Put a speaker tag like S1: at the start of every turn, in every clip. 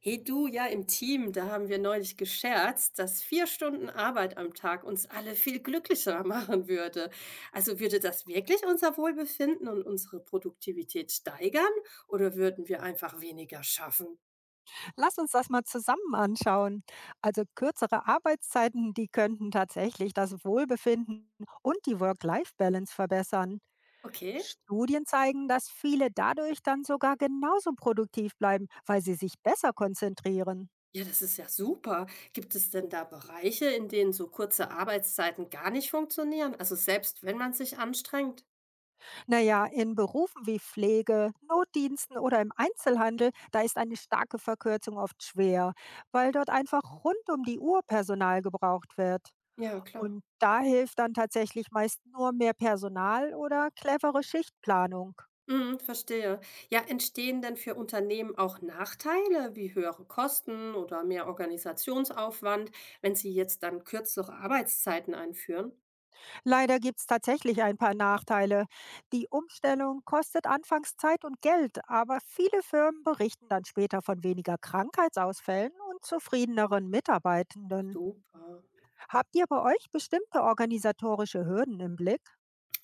S1: Hey du, ja, im Team, da haben wir neulich gescherzt, dass 4 Stunden Arbeit am Tag uns alle viel glücklicher machen würde. Also würde das wirklich unser Wohlbefinden und unsere Produktivität steigern oder würden wir einfach weniger schaffen?
S2: Lass uns das mal zusammen anschauen. Also kürzere Arbeitszeiten, die könnten tatsächlich das Wohlbefinden und die Work-Life-Balance verbessern.
S1: Okay.
S2: Studien zeigen, dass viele dadurch dann sogar genauso produktiv bleiben, weil sie sich besser konzentrieren.
S1: Ja, das ist ja super. Gibt es denn da Bereiche, in denen so kurze Arbeitszeiten gar nicht funktionieren? Also selbst wenn man sich anstrengt?
S2: Naja, in Berufen wie Pflege, Notdiensten oder im Einzelhandel, da ist eine starke Verkürzung oft schwer, weil dort einfach rund um die Uhr Personal gebraucht wird.
S1: Ja, klar.
S2: Und da hilft dann tatsächlich meist nur mehr Personal oder clevere Schichtplanung.
S1: Mhm, verstehe. Ja, entstehen denn für Unternehmen auch Nachteile wie höhere Kosten oder mehr Organisationsaufwand, wenn sie jetzt dann kürzere Arbeitszeiten einführen?
S2: Leider gibt es tatsächlich ein paar Nachteile. Die Umstellung kostet anfangs Zeit und Geld, aber viele Firmen berichten dann später von weniger Krankheitsausfällen und zufriedeneren Mitarbeitenden.
S1: Super.
S2: Habt ihr bei euch bestimmte organisatorische Hürden im Blick?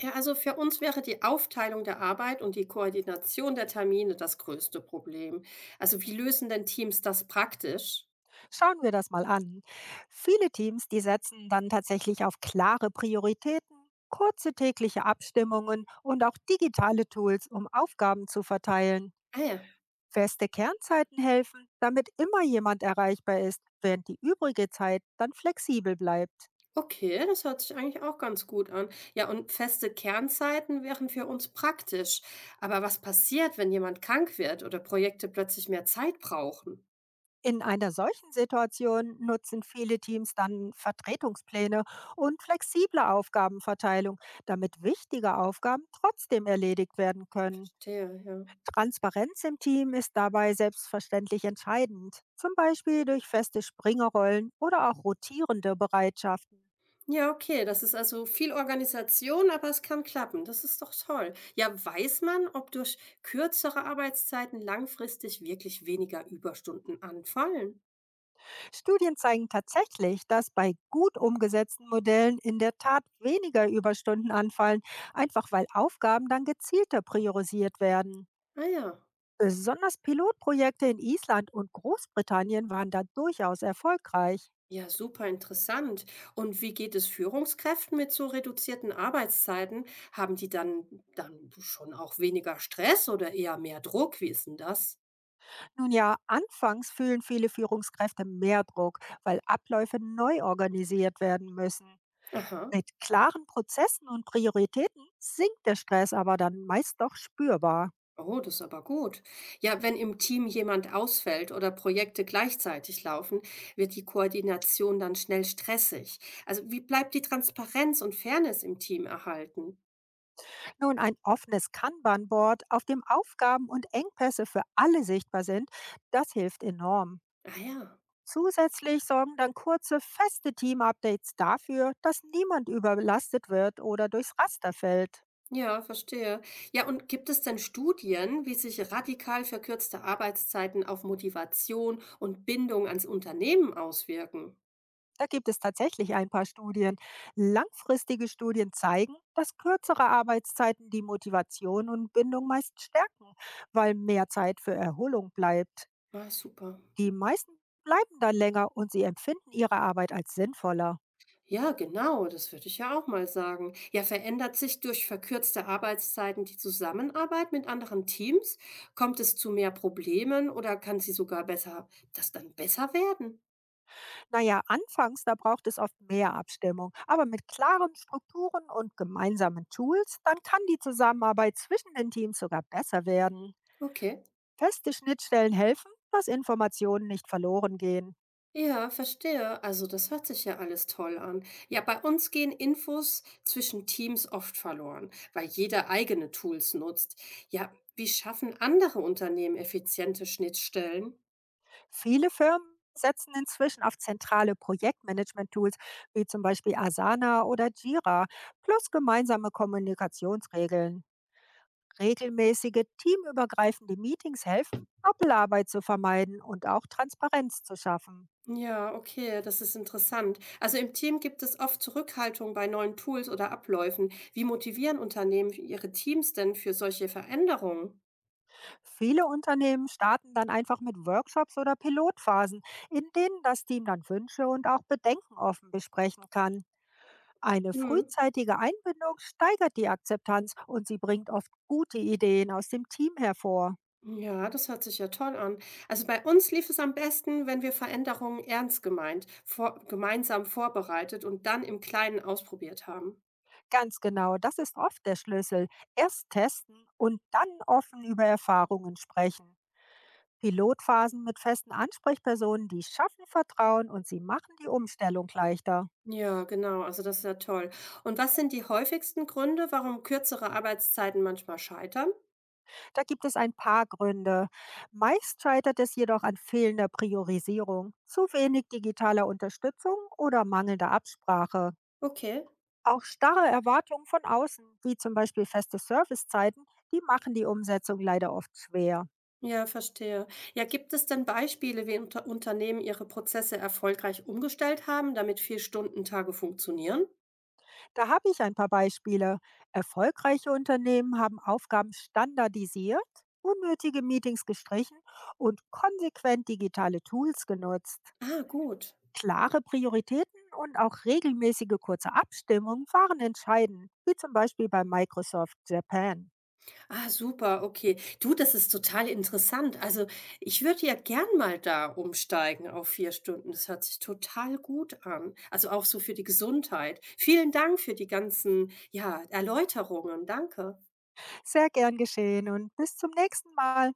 S1: Ja, also für uns wäre die Aufteilung der Arbeit und die Koordination der Termine das größte Problem. Also wie lösen denn Teams das praktisch?
S2: Schauen wir das mal an. Viele Teams, die setzen dann tatsächlich auf klare Prioritäten, kurze tägliche Abstimmungen und auch digitale Tools, um Aufgaben zu verteilen.
S1: Ah ja.
S2: Feste Kernzeiten helfen, damit immer jemand erreichbar ist, während die übrige Zeit dann flexibel bleibt.
S1: Okay, das hört sich eigentlich auch ganz gut an. Ja, und feste Kernzeiten wären für uns praktisch. Aber was passiert, wenn jemand krank wird oder Projekte plötzlich mehr Zeit brauchen?
S2: In einer solchen Situation nutzen viele Teams dann Vertretungspläne und flexible Aufgabenverteilung, damit wichtige Aufgaben trotzdem erledigt werden können.
S1: Verstehe, ja.
S2: Transparenz im Team ist dabei selbstverständlich entscheidend, zum Beispiel durch feste Springerrollen oder auch rotierende Bereitschaften.
S1: Ja, okay, das ist also viel Organisation, aber es kann klappen. Das ist doch toll. Ja, weiß man, ob durch kürzere Arbeitszeiten langfristig wirklich weniger Überstunden anfallen?
S2: Studien zeigen tatsächlich, dass bei gut umgesetzten Modellen in der Tat weniger Überstunden anfallen, einfach weil Aufgaben dann gezielter priorisiert werden.
S1: Ah ja.
S2: Besonders Pilotprojekte in Island und Großbritannien waren da durchaus erfolgreich.
S1: Ja, super interessant. Und wie geht es Führungskräften mit so reduzierten Arbeitszeiten? Haben die dann schon auch weniger Stress oder eher mehr Druck? Wie ist denn das?
S2: Nun ja, anfangs fühlen viele Führungskräfte mehr Druck, weil Abläufe neu organisiert werden müssen.
S1: Aha.
S2: Mit klaren Prozessen und Prioritäten sinkt der Stress aber dann meist doch spürbar.
S1: Oh, das ist aber gut. Ja, wenn im Team jemand ausfällt oder Projekte gleichzeitig laufen, wird die Koordination dann schnell stressig. Also wie bleibt die Transparenz und Fairness im Team erhalten?
S2: Nun, ein offenes Kanban-Board, auf dem Aufgaben und Engpässe für alle sichtbar sind, das hilft enorm.
S1: Ah ja.
S2: Zusätzlich sorgen dann kurze, feste Team-Updates dafür, dass niemand überlastet wird oder durchs Raster fällt.
S1: Ja, verstehe. Ja, und gibt es denn Studien, wie sich radikal verkürzte Arbeitszeiten auf Motivation und Bindung ans Unternehmen auswirken?
S2: Da gibt es tatsächlich ein paar Studien. Langfristige Studien zeigen, dass kürzere Arbeitszeiten die Motivation und Bindung meist stärken, weil mehr Zeit für Erholung bleibt.
S1: Ah, super.
S2: Die meisten bleiben dann länger und sie empfinden ihre Arbeit als sinnvoller.
S1: Ja, genau, das würde ich ja auch mal sagen. Ja, verändert sich durch verkürzte Arbeitszeiten die Zusammenarbeit mit anderen Teams? Kommt es zu mehr Problemen oder kann sie sogar das dann besser werden?
S2: Naja, anfangs, da braucht es oft mehr Abstimmung, aber mit klaren Strukturen und gemeinsamen Tools, dann kann die Zusammenarbeit zwischen den Teams sogar besser werden.
S1: Okay.
S2: Feste Schnittstellen helfen, dass Informationen nicht verloren gehen.
S1: Ja, verstehe. Also das hört sich ja alles toll an. Ja, bei uns gehen Infos zwischen Teams oft verloren, weil jeder eigene Tools nutzt. Ja, wie schaffen andere Unternehmen effiziente Schnittstellen?
S2: Viele Firmen setzen inzwischen auf zentrale Projektmanagement-Tools wie zum Beispiel Asana oder Jira, plus gemeinsame Kommunikationsregeln. Regelmäßige teamübergreifende Meetings helfen, Doppelarbeit zu vermeiden und auch Transparenz zu schaffen.
S1: Ja, okay, das ist interessant. Also im Team gibt es oft Zurückhaltung bei neuen Tools oder Abläufen. Wie motivieren Unternehmen ihre Teams denn für solche Veränderungen?
S2: Viele Unternehmen starten dann einfach mit Workshops oder Pilotphasen, in denen das Team dann Wünsche und auch Bedenken offen besprechen kann. Eine
S1: Hm.
S2: frühzeitige Einbindung steigert die Akzeptanz und sie bringt oft gute Ideen aus dem Team hervor.
S1: Ja, das hört sich ja toll an. Also bei uns lief es am besten, wenn wir Veränderungen ernst gemeint, gemeinsam vorbereitet und dann im Kleinen ausprobiert haben.
S2: Ganz genau, das ist oft der Schlüssel. Erst testen und dann offen über Erfahrungen sprechen. Pilotphasen mit festen Ansprechpersonen, die schaffen Vertrauen und sie machen die Umstellung leichter.
S1: Ja, genau, also das ist ja toll. Und was sind die häufigsten Gründe, warum kürzere Arbeitszeiten manchmal scheitern?
S2: Da gibt es ein paar Gründe. Meist scheitert es jedoch an fehlender Priorisierung, zu wenig digitaler Unterstützung oder mangelnder Absprache.
S1: Okay,
S2: Auch starre Erwartungen von außen, wie zum Beispiel feste Servicezeiten, die machen die Umsetzung leider oft schwer.
S1: ja, verstehe. Ja, gibt es denn Beispiele, wie Unternehmen ihre Prozesse erfolgreich umgestellt haben, damit Vier-Stunden-Tage funktionieren?
S2: Da habe ich ein paar Beispiele. Erfolgreiche Unternehmen haben Aufgaben standardisiert, unnötige Meetings gestrichen und konsequent digitale Tools genutzt.
S1: Ah, gut.
S2: Klare Prioritäten und auch regelmäßige kurze Abstimmungen waren entscheidend, wie zum Beispiel bei Microsoft Japan.
S1: Ah, super, okay. Du, das ist total interessant. Also, ich würde ja gern mal da umsteigen auf 4 Stunden. Das hört sich total gut an. Also, auch so für die Gesundheit. Vielen Dank für die ganzen, ja, Erläuterungen. Danke.
S2: Sehr gern geschehen und bis zum nächsten Mal.